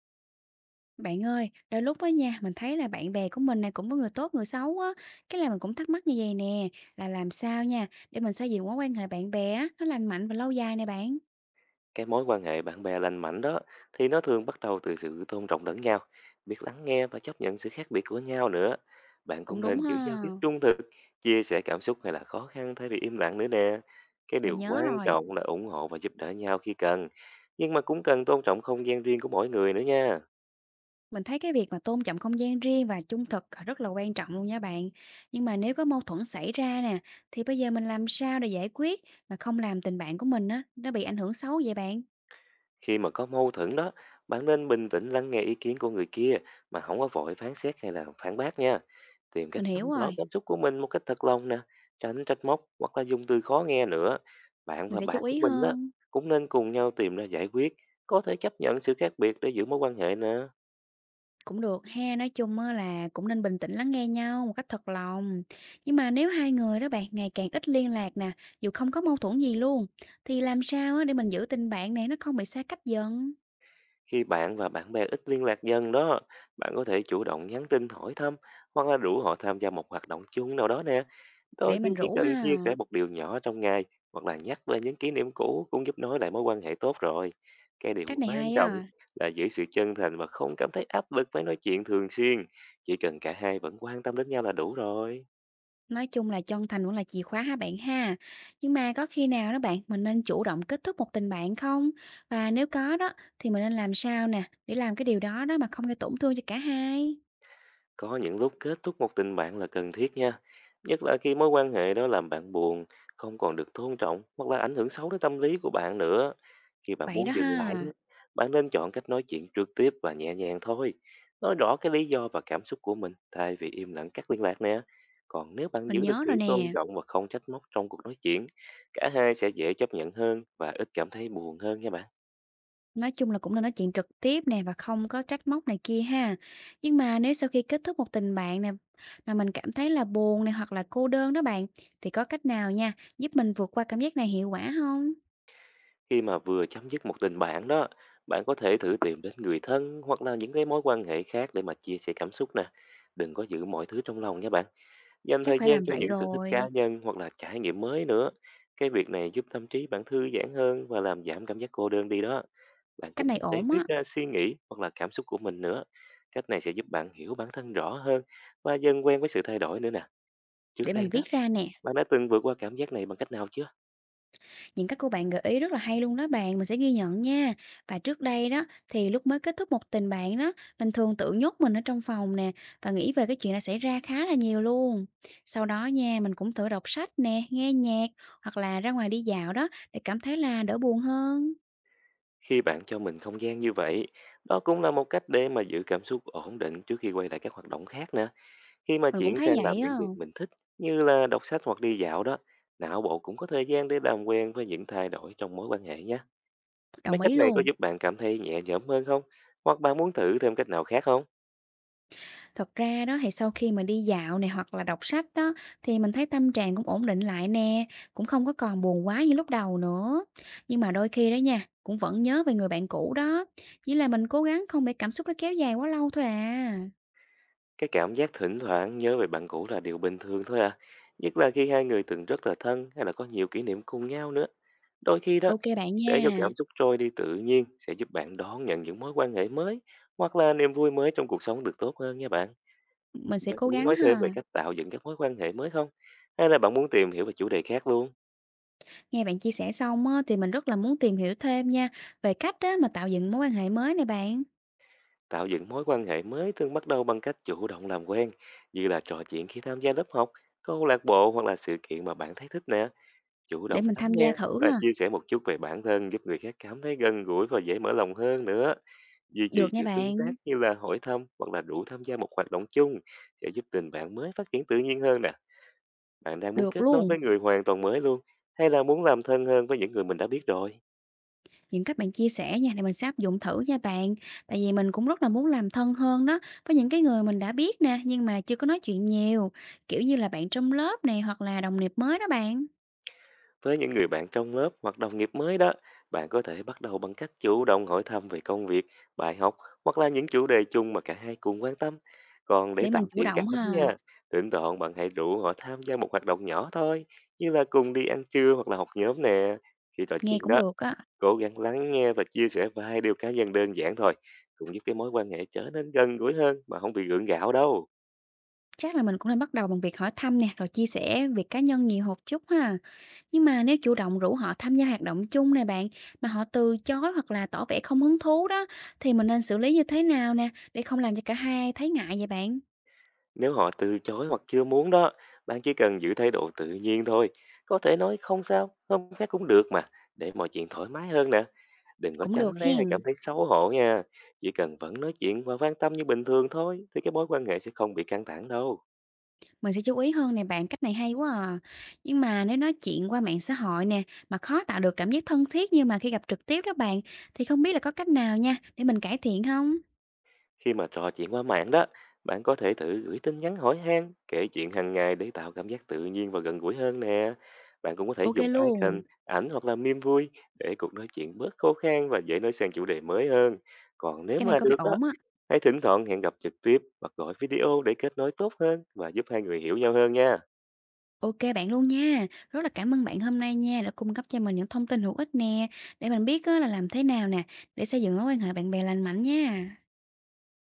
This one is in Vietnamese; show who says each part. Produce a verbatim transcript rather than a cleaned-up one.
Speaker 1: Bạn ơi, đôi lúc đó nha, mình thấy là bạn bè của mình này cũng có người tốt, người xấu á. Cái là mình cũng thắc mắc như vậy nè, là làm sao nha, để mình xây dựng mối quan hệ bạn bè á, nó lành mạnh và lâu dài nè bạn.
Speaker 2: Cái mối quan hệ bạn bè lành mạnh đó thì nó thường bắt đầu từ sự tôn trọng lẫn nhau, biết lắng nghe và chấp nhận sự khác biệt của nhau nữa. Bạn cũng
Speaker 1: Cũng
Speaker 2: Ừ, nên
Speaker 1: đúng
Speaker 2: Ừ. giữ giao
Speaker 1: ha,
Speaker 2: tiếp trung thực, chia sẻ cảm xúc hay là khó khăn thay vì im lặng nữa nè. Cái điều
Speaker 1: mình
Speaker 2: ừ,
Speaker 1: nhớ
Speaker 2: quan
Speaker 1: rồi.
Speaker 2: trọng là ủng hộ và giúp đỡ nhau khi cần, nhưng mà cũng cần tôn trọng không gian riêng của mỗi người nữa nha.
Speaker 1: Mình thấy cái việc mà tôn trọng không gian riêng và trung thực là rất là quan trọng luôn nha bạn. Nhưng mà nếu có mâu thuẫn xảy ra nè, thì bây giờ mình làm sao để giải quyết mà không làm tình bạn của mình á, nó bị ảnh hưởng xấu vậy bạn?
Speaker 2: Khi mà có mâu thuẫn đó, bạn nên bình tĩnh lắng nghe ý kiến của người kia mà không có vội phán xét hay là phản bác nha. Tìm cách
Speaker 1: Mình hiểu
Speaker 2: nắm rõ
Speaker 1: rồi,
Speaker 2: cảm xúc của mình một cách thật lòng nè, tránh trách móc hoặc là dùng từ khó nghe nữa. Bạn
Speaker 1: mình
Speaker 2: và
Speaker 1: sẽ
Speaker 2: bạn
Speaker 1: chú
Speaker 2: của
Speaker 1: ý
Speaker 2: mình đó
Speaker 1: hơn.
Speaker 2: cũng nên cùng nhau tìm ra giải quyết, có thể chấp nhận sự khác biệt để giữ mối quan hệ nè.
Speaker 1: Cũng được ha, nói chung á là cũng nên bình tĩnh lắng nghe nhau một cách thật lòng. Nhưng mà nếu hai người đó bạn ngày càng ít liên lạc nè, dù không có mâu thuẫn gì luôn, thì làm sao á để mình giữ tình bạn này nó không bị xa cách dần?
Speaker 2: Khi bạn và bạn bè ít liên lạc dần đó, bạn có thể chủ động nhắn tin hỏi thăm hoặc là rủ họ tham gia một hoạt động chung nào đó nè. Đôi
Speaker 1: Để
Speaker 2: khi
Speaker 1: mình
Speaker 2: chỉ
Speaker 1: rủ
Speaker 2: cần
Speaker 1: ha.
Speaker 2: chia sẻ một điều nhỏ trong ngày hoặc là nhắc về những kỷ niệm cũ cũng giúp nối lại mối quan hệ tốt rồi. Cái điều
Speaker 1: Cách này
Speaker 2: quan
Speaker 1: hay
Speaker 2: trọng
Speaker 1: á.
Speaker 2: là giữ sự chân thành và không cảm thấy áp lực phải nói chuyện thường xuyên. Chỉ cần cả hai vẫn quan tâm đến nhau là đủ rồi.
Speaker 1: Nói chung là chân thành cũng là chìa khóa ha bạn ha. Nhưng mà có khi nào đó bạn mình nên chủ động kết thúc một tình bạn không? Và nếu có đó thì mình nên làm sao nè để làm cái điều đó đó mà không gây tổn thương cho cả hai?
Speaker 2: Có những lúc kết thúc một tình bạn là cần thiết nha, nhất là khi mối quan hệ đó làm bạn buồn, không còn được tôn trọng hoặc là ảnh hưởng xấu đến tâm lý của bạn nữa. Khi bạn
Speaker 1: Vậy đó
Speaker 2: muốn dừng lại đó,
Speaker 1: ha.
Speaker 2: bạn nên chọn cách nói chuyện trực tiếp và nhẹ nhàng thôi. Nói rõ cái lý do và cảm xúc của mình thay vì im lặng cắt liên lạc nè. Còn nếu bạn
Speaker 1: Mình
Speaker 2: giữ được
Speaker 1: nhớ
Speaker 2: sự
Speaker 1: rồi
Speaker 2: tôn
Speaker 1: nè.
Speaker 2: trọng và không trách móc trong cuộc nói chuyện, cả hai sẽ dễ chấp nhận hơn và ít cảm thấy buồn hơn nha bạn.
Speaker 1: Nói chung là cũng nên nói chuyện trực tiếp nè và không có trách móc này kia ha. Nhưng mà nếu sau khi kết thúc một tình bạn nè mà mình cảm thấy là buồn này hoặc là cô đơn đó bạn thì có cách nào nha giúp mình vượt qua cảm giác này hiệu quả không?
Speaker 2: Khi mà vừa chấm dứt một tình bạn đó, bạn có thể thử tìm đến người thân hoặc là những cái mối quan hệ khác để mà chia sẻ cảm xúc nè. Đừng có giữ mọi thứ trong lòng nha bạn. Dành
Speaker 1: Chắc
Speaker 2: thời
Speaker 1: phải
Speaker 2: gian
Speaker 1: làm
Speaker 2: cho
Speaker 1: vậy
Speaker 2: những sở thích cá
Speaker 1: rồi.
Speaker 2: nhân hoặc là trải nghiệm mới nữa. Cái việc này giúp tâm trí bạn thư giãn hơn và làm giảm cảm giác cô đơn đi đó. Bạn
Speaker 1: Cách
Speaker 2: cũng
Speaker 1: này
Speaker 2: có thể
Speaker 1: ổn
Speaker 2: viết
Speaker 1: á,
Speaker 2: ra suy nghĩ hoặc là cảm xúc của mình nữa. Cách này sẽ giúp bạn hiểu bản thân rõ hơn và dần quen với sự thay đổi nữa nè. Trước
Speaker 1: để
Speaker 2: đây
Speaker 1: mình
Speaker 2: đó,
Speaker 1: viết ra nè.
Speaker 2: bạn đã từng vượt qua cảm giác này bằng cách nào chưa?
Speaker 1: Những cách của bạn gợi ý rất là hay luôn đó bạn, mình sẽ ghi nhận nha. Và trước đây đó thì lúc mới kết thúc một tình bạn đó, mình thường tự nhốt mình ở trong phòng nè và nghĩ về cái chuyện đã xảy ra khá là nhiều luôn. Sau đó nha, mình cũng thử đọc sách nè, nghe nhạc hoặc là ra ngoài đi dạo đó để cảm thấy là đỡ buồn hơn.
Speaker 2: Khi bạn cho mình không gian như vậy, đó cũng là một cách để mà giữ cảm xúc ổn định trước khi quay lại các hoạt động khác nữa. Khi mà
Speaker 1: Mình cũng
Speaker 2: chuyển
Speaker 1: thấy
Speaker 2: sang làm
Speaker 1: vậy
Speaker 2: những
Speaker 1: á,
Speaker 2: việc mình thích như là đọc sách hoặc đi dạo đó, não bộ cũng có thời gian để làm quen với những thay đổi trong mối quan hệ nhé. Mấy
Speaker 1: đồng
Speaker 2: cách
Speaker 1: ý
Speaker 2: này có
Speaker 1: luôn.
Speaker 2: giúp bạn cảm thấy nhẹ nhõm hơn không? Hoặc bạn muốn thử thêm cách nào khác không?
Speaker 1: Thật ra đó thì sau khi mà đi dạo này hoặc là đọc sách đó thì mình thấy tâm trạng cũng ổn định lại nè, cũng không có còn buồn quá như lúc đầu nữa. Nhưng mà đôi khi đó nha, cũng vẫn nhớ về người bạn cũ đó, chỉ là mình cố gắng không để cảm xúc nó kéo dài quá lâu thôi à.
Speaker 2: Cái cảm giác thỉnh thoảng nhớ về bạn cũ là điều bình thường thôi à. Nhất là khi hai người từng rất là thân hay là có nhiều kỷ niệm cùng nhau nữa. Đôi khi đó,
Speaker 1: Ok bạn
Speaker 2: để cho
Speaker 1: nha,
Speaker 2: cảm xúc trôi đi tự nhiên sẽ giúp bạn đón nhận những mối quan hệ mới hoặc là niềm vui mới trong cuộc sống được tốt hơn nha bạn.
Speaker 1: mình sẽ
Speaker 2: Bạn
Speaker 1: cố
Speaker 2: muốn
Speaker 1: gắng
Speaker 2: nói thêm về
Speaker 1: ha.
Speaker 2: cách tạo dựng các mối quan hệ mới không? Hay là bạn muốn tìm hiểu về chủ đề khác luôn?
Speaker 1: Nghe bạn chia sẻ xong á, thì mình rất là muốn tìm hiểu thêm nha về cách đó mà tạo dựng mối quan hệ mới này bạn,
Speaker 2: Tạo dựng mối quan hệ mới thường bắt đầu bằng cách chủ động làm quen, như là trò chuyện khi tham gia lớp học, câu lạc bộ hoặc là sự kiện mà bạn thấy thích nè. Chủ
Speaker 1: để
Speaker 2: động
Speaker 1: mình
Speaker 2: lắng
Speaker 1: tham gia
Speaker 2: nghe
Speaker 1: thử
Speaker 2: và
Speaker 1: ha.
Speaker 2: chia sẻ một chút về bản thân giúp người khác cảm thấy gần gũi và dễ mở lòng hơn nữa. Duy trì
Speaker 1: Được
Speaker 2: sự
Speaker 1: nha
Speaker 2: tương tác
Speaker 1: bạn,
Speaker 2: như là hỏi thăm hoặc là đủ tham gia một hoạt động chung sẽ giúp tình bạn mới phát triển tự nhiên hơn nè. Bạn đang muốn
Speaker 1: được
Speaker 2: kết nối
Speaker 1: luôn.
Speaker 2: với người hoàn toàn mới luôn, hay là muốn làm thân hơn với những người mình đã biết rồi?
Speaker 1: Những cách bạn chia sẻ nha, để mình sẽ áp dụng thử nha bạn. Tại vì mình cũng rất là muốn làm thân hơn đó, với những cái người mình đã biết nè, nhưng mà chưa có nói chuyện nhiều, kiểu như là bạn trong lớp này hoặc là đồng nghiệp mới đó bạn.
Speaker 2: Với những người bạn trong lớp hoặc đồng nghiệp mới đó, bạn có thể bắt đầu bằng cách chủ động hỏi thăm về công việc, bài học hoặc là những chủ đề chung mà cả hai cùng quan tâm. Còn để
Speaker 1: Để mình
Speaker 2: tạo
Speaker 1: chủ
Speaker 2: thiện cảm
Speaker 1: động ha,
Speaker 2: nha, thỉnh thoảng bạn hãy rủ họ tham gia một hoạt động nhỏ thôi, như là cùng đi ăn trưa hoặc là học nhóm nè. Khi trò
Speaker 1: nghe
Speaker 2: chuyện
Speaker 1: cũng
Speaker 2: đó,
Speaker 1: được á.
Speaker 2: cố gắng lắng nghe và chia sẻ vài điều cá nhân đơn giản thôi, cũng giúp cái mối quan hệ trở nên gần gũi hơn mà không bị gượng gạo đâu.
Speaker 1: Chắc là mình cũng nên bắt đầu bằng việc hỏi thăm nè, rồi chia sẻ việc cá nhân nhiều một chút ha. Nhưng mà nếu chủ động rủ họ tham gia hoạt động chung nè bạn, mà họ từ chối hoặc là tỏ vẻ không hứng thú đó, thì mình nên xử lý như thế nào nè, để không làm cho cả hai thấy ngại vậy bạn?
Speaker 2: Nếu họ từ chối hoặc chưa muốn đó, bạn chỉ cần giữ thái độ tự nhiên thôi. Có thể nói không sao, hôm khác cũng được mà, để mọi chuyện thoải mái hơn nè. Đừng có
Speaker 1: Cũng
Speaker 2: tránh
Speaker 1: được
Speaker 2: né hay cảm
Speaker 1: hen.
Speaker 2: thấy xấu hổ nha. Chỉ cần vẫn nói chuyện và quan tâm như bình thường thôi, thì cái mối quan hệ sẽ không bị căng thẳng đâu.
Speaker 1: Mình sẽ chú ý hơn nè bạn, cách này hay quá à. Nhưng mà nếu nói chuyện qua mạng xã hội nè, mà khó tạo được cảm giác thân thiết như mà khi gặp trực tiếp đó bạn, thì không biết là có cách nào nha, để mình cải thiện không?
Speaker 2: Khi mà trò chuyện qua mạng đó, bạn có thể thử gửi tin nhắn hỏi han, kể chuyện hàng ngày để tạo cảm giác tự nhiên và gần gũi hơn nè. Bạn cũng có thể
Speaker 1: Ok
Speaker 2: dùng icon,
Speaker 1: luôn,
Speaker 2: ảnh hoặc là meme vui để cuộc nói chuyện bớt khô khan và dễ nói sang chủ đề mới hơn. Còn nếu
Speaker 1: cái này
Speaker 2: mà
Speaker 1: có vẻ
Speaker 2: được đó,
Speaker 1: ổn á.
Speaker 2: hãy thỉnh thoảng hẹn gặp trực tiếp hoặc gọi video để kết nối tốt hơn và giúp hai người hiểu nhau hơn nha.
Speaker 1: Ok bạn luôn nha, rất là cảm ơn bạn hôm nay nha, đã cung cấp cho mình những thông tin hữu ích nè, để mình biết á, là làm thế nào nè, để xây dựng mối quan hệ bạn bè lành mạnh nha.